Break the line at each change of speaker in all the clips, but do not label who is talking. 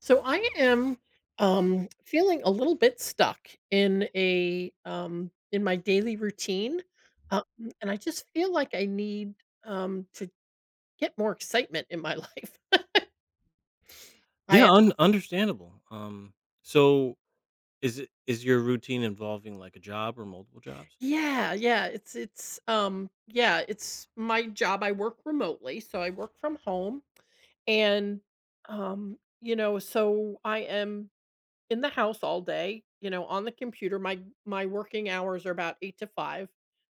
So I am feeling a little bit stuck in a in my daily routine, um, and I just feel like I need to get more excitement in my life. I
Yeah, understandable. So is your routine involving like a job or multiple jobs?
Yeah, yeah, it's my job. I work remotely, so I work from home, and so I am in the house all day, on the computer. My working hours are about 8 to 5,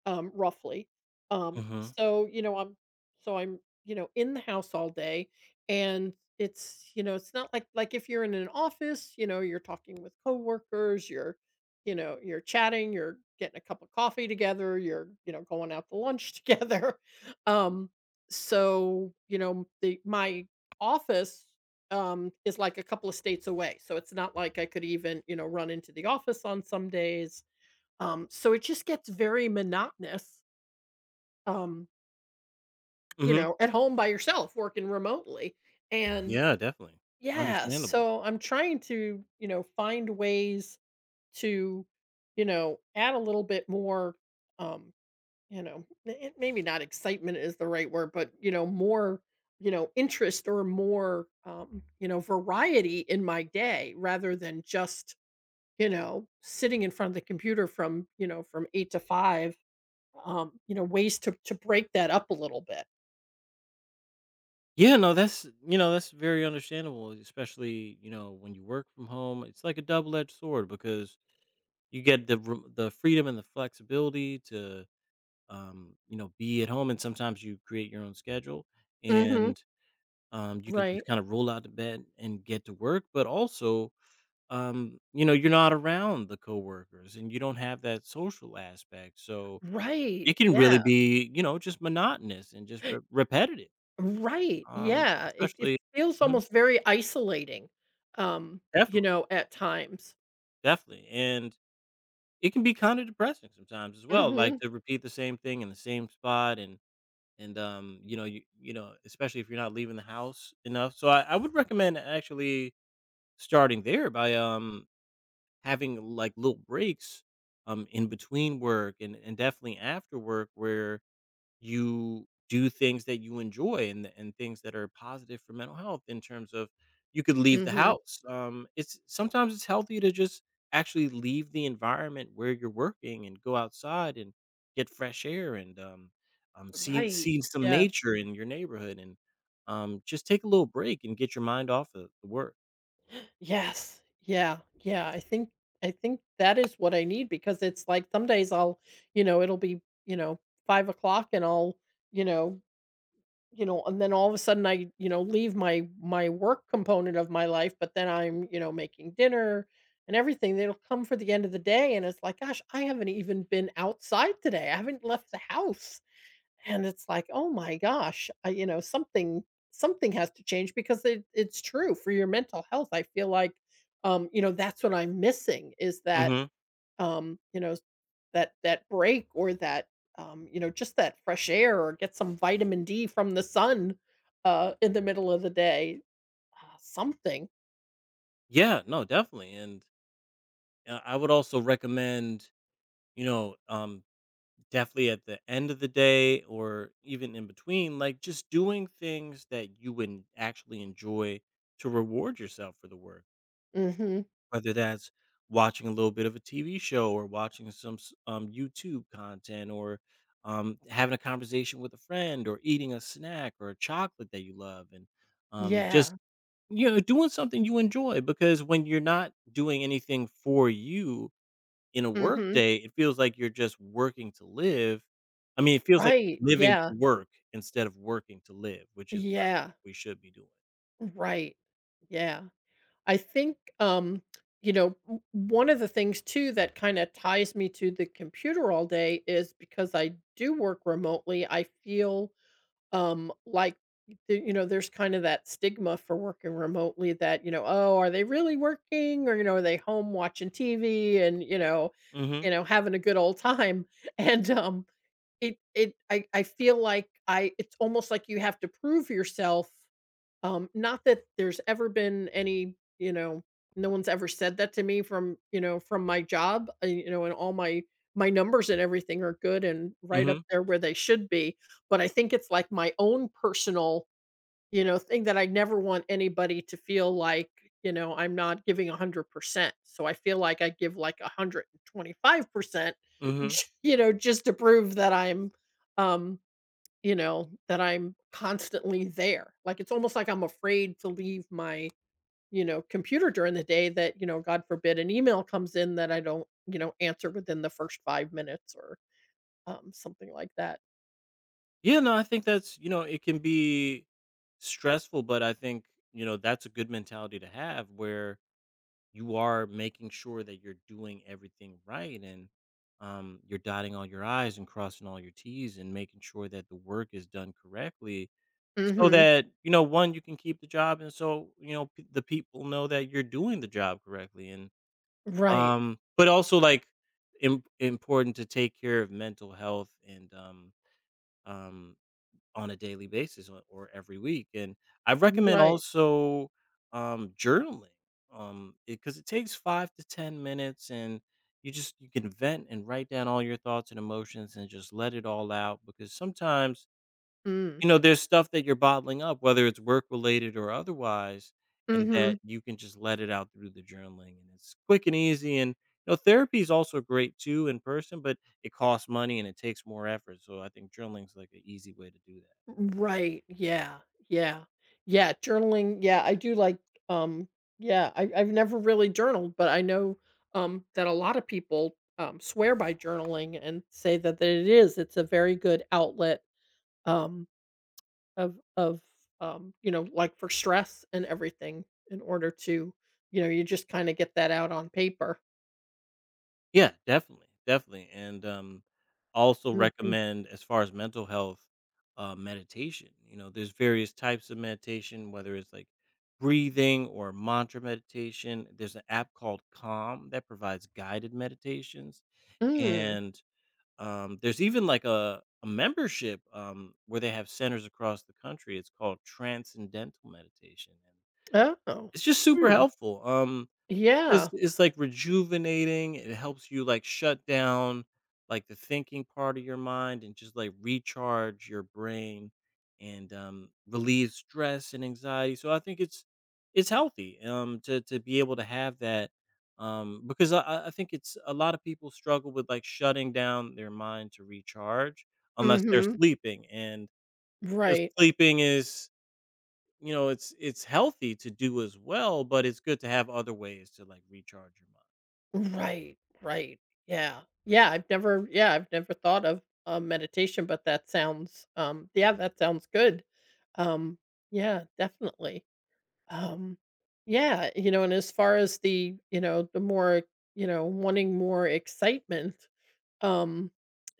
roughly. Um,
Mm-hmm.
so, you know, I'm so I'm, in the house all day, and it's not like if you're in an office, you're talking with coworkers, you're chatting, you're getting a cup of coffee together, you're, going out to lunch together. Um, so, you know, the my office is like a couple of states away. So it's not like I could even, run into the office on some days. So it just gets very monotonous, um,
Mm-hmm.
at home by yourself working remotely. And
Yeah, definitely.
yeah,
Understandable.
so I'm trying to, find ways to, add a little bit more um maybe not excitement is the right word, but more, interest or more, variety in my day rather than just, sitting in front of the computer from 8 to 5. Ways to break that up a little bit.
Yeah, no, that's that's very understandable, especially you know when you work from home. It's like a double edged sword because you get the freedom and the flexibility to you know be at home, and sometimes you create your own schedule,
Hmm.
and you can just
Right.
kind of roll out of bed and get to work. But also, you know, you're not around the coworkers and you don't have that social aspect. So
Right.
it can really
Yeah.
be, you know, just monotonous and just repetitive.
Right,
Um,
yeah, it
especially
feels
mhm,
almost very isolating, um,
definitely,
at times.
definitely. And it can be kind of depressing sometimes as well, like
Mhm,
to repeat the same thing in the same spot and you know, especially if you're not leaving the house enough. So I would recommend actually starting there by having, like, little breaks, in between work and definitely after work where you do things that you enjoy and things that are positive for mental health in terms of you could leave the
mhm.
house. It's sometimes it's healthy to just actually leave the environment where you're working and go outside and get fresh air and, see
Right,
see some
yes.
nature in your neighborhood, and just take a little break and get your mind off of the work.
Yes, yeah, yeah, I think that is what I need because it's like some days it'll be, 5 o'clock you know, and then all of a sudden I, leave my work component of my life, but then I'm, making dinner and everything. They'll come for the end of the day and it's like, gosh, I haven't even been outside today. I haven't left the house. And it's like, oh my gosh, I, you know, something something has to change because it's true for your mental health. I feel like that's what I'm missing is
Mhm.
um, you know, that break or just that fresh air or get some vitamin D from the sun, in the middle of the day. Something.
Yeah, no, definitely. And I would also recommend, you know, um, definitely at the end of the day or even in between, like just doing things that you would actually enjoy to reward yourself for the work,
Mhm.
whether that's watching a little bit of a TV show or watching YouTube content or having a conversation with a friend or eating a snack or a chocolate that you love and just,
Yeah.
you know, doing something you enjoy because when you're not doing anything for you, in a work
Mhm.
day, it feels like you're just working to live. I mean, it feels like
Right.
living
Yeah.
to work instead of working to live, which is what I
Yeah.
think we should be doing.
Right. Yeah. I think, you know, w one of the things too that kinda ties me to the computer all day is because I do work remotely, I feel like there's kind of that stigma for working remotely that, "Oh, are they really working?" Or, "Are they home watching TV and,
Mhm.
having a good old time?" And, it it I feel like I it's almost like you have to prove yourself not that there's ever been any, no one's ever said that to me from my job, and all my numbers and everything are good and right up
Mhm.
there where they should be, but I think it's like my own personal, thing that I never want anybody to feel like, I'm not giving 100%. So I feel like I give like 125%,
Mhm.
just to prove that um I'm constantly there. Like, it's almost like I'm afraid to leave my, computer during the day that, God forbid an email comes in that I don't, answer within the first 5 minutes or, something like that.
Yeah, no, I think that's, you know, it can be stressful, but I think, you know, that's a good mentality to have where you are making sure that you're doing everything right and you're dotting all your I's and crossing all your T's and making sure that the work is done correctly. So
Mhm.
that, you know, one, you can keep the job, and so, you know, p the people know that you're doing the job correctly, and,
Right.
but also, like, im important to take care of mental health and, um, on a daily basis or every week, and I recommend
Right.
also, journaling, because it takes 5 to 10 minutes, and you can vent and write down all your thoughts and emotions and just let it all out because sometimes
Mm.
you know, there's stuff that you're bottling up, whether it's work related or otherwise, and
Mhm.
that you can just let it out through the journaling, and it's quick and easy, and, you know, therapy is also great too in person, but it costs money and it takes more effort, so I think journaling's, like, an easy way to do that.
Right, yeah, yeah. Yeah, journaling, yeah, I do like, um yeah, I I've never really journaled, but I know, that a lot of people, swear by journaling and say that it's a very good outlet, um, of, you know, like, for stress and everything in order to you just kinda get that out on paper.
Yeah, definitely, definitely, and, also
Mhm.
recommend as far as mental health, meditation, you know, there's various types of meditation, whether it's, like, breathing or mantra meditation. There's an app called Calm that provides guided meditations,
Mm.
and, there's even, like, a membership, where they have centers across the country. It's called Transcendental Meditation, and
Oh.
it's just super
Hmm.
helpful. um it's
Yeah.
it's, like, rejuvenating. It helps you, like, shut down, like, the thinking part of your mind and just, like, recharge your brain and, relieve stress and anxiety, so I think it's healthy, to be able to have that, because I think it's a lot of people struggle with, like, shutting down their mind to recharge unless they're
Mhm.
sleeping, and, you know,
Right.
sleeping is you know, it's healthy to do as well, but it's good to have other ways to, like, recharge your mind.
Right, right. Yeah. Yeah, I've never thought of, meditation, but that sounds good. Um, yeah, definitely. Um, yeah, and as far as the more, wanting more excitement, um,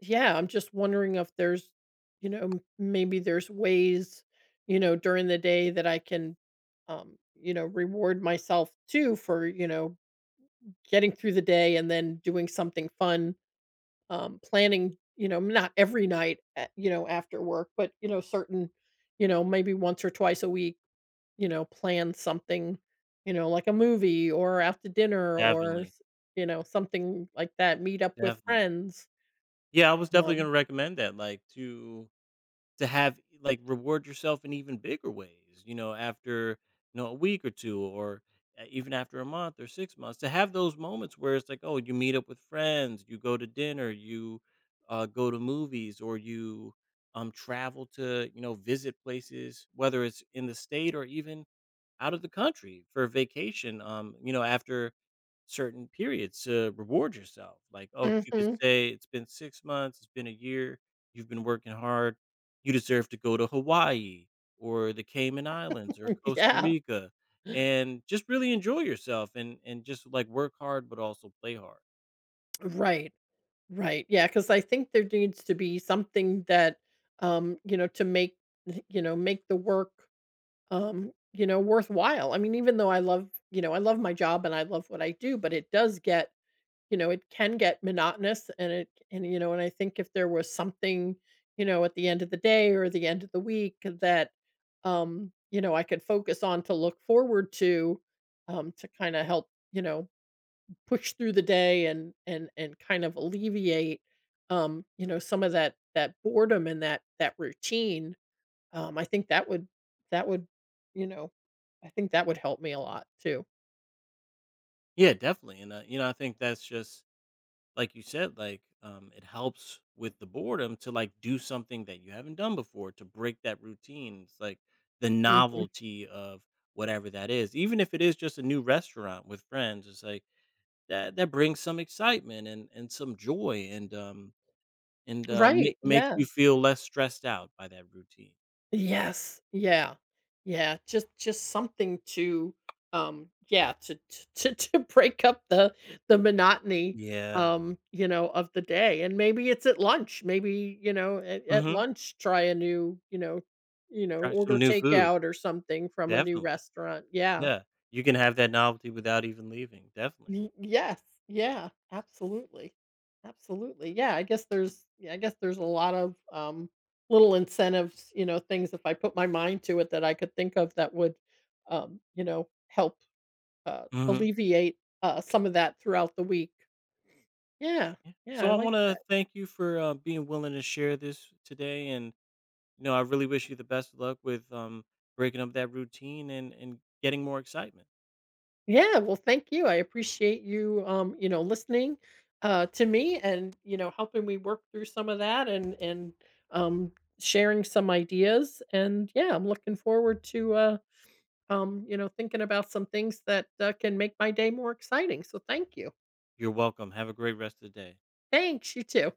yeah, I'm just wondering if there's, you know, m maybe there's ways, during the day that I can, reward myself too for, getting through the day and then doing something fun, planning, not every night, after work, but, certain, maybe once or twice a week, plan something, like a movie or out to dinner or,
Definitely,
something like that, meet up with
definitely.
friends,
Yeah, I was definitely
um
gonna recommend that, like, to have like, reward yourself in even bigger ways, you know, after, you know, a week or 2 or, even after a month or 6 months, to have those moments where it's like, oh, you meet up with friends, you go to dinner, you, go to movies, or you, travel to, you know, visit places, whether it's in the state or even out of the country for vacation, you know, after certain periods to reward yourself. Like, oh, you could
Mhm,
say it's been 6 months, it's been a year, you've been working hard, you deserve to go to Hawaii or the Cayman Islands or Costa
yeah.
Rica and just really enjoy yourself and just, like, work hard, but also play hard.
Right, right, yeah, because I think there needs to be something to make the work worthwhile. I mean, even though I love my job and I love what I do, but it does get, you know, it can get monotonous and it and you know, and I think if there was something, at the end of the day or the end of the week that I could focus on to look forward to kind of help, push through the day and kind of alleviate some of that boredom and that routine, I think that would, you know, help me a lot too.
Yeah, definitely, and, you know, I think that's just like you said, like it helps with the boredom to like do something that you haven't done before to break that routine. It's like the
Mhm.
novelty of whatever that is, even if it is just a new restaurant with friends. It's like that brings some excitement and some joy and
Right,
makes you
yeah.
feel less stressed out by that routine.
Yes, yeah. Yeah, just something to to break up the monotony,
Yeah.
um, you know, of the day, and maybe it's at lunch, maybe, at
Hmm.
lunch try a new,
Try
order
some new food.
takeout or something from a new
Definitely.
restaurant. Yeah.
Yeah. You can have that novelty without even leaving. Definitely.
Y yes. Yeah, absolutely. Absolutely. Yeah, I guess there's a lot of, little incentives, things if I put my mind to it that I could think of that would, help,
Hmm.
alleviate, some of that throughout the week. Yeah.
Yeah.
Yeah, I
So I
like
want
that.
to thank you for being willing to share this today, and you know I really wish you the best of luck with breaking up that routine and getting more excitement.
Yeah, well, thank you. I appreciate you, listening to me and helping me work through some of that and um, sharing some ideas. And yeah, I'm looking forward to thinking about some things that can make my day more exciting. So thank you.
You're welcome. Have a great rest of the day.
Thanks. You too.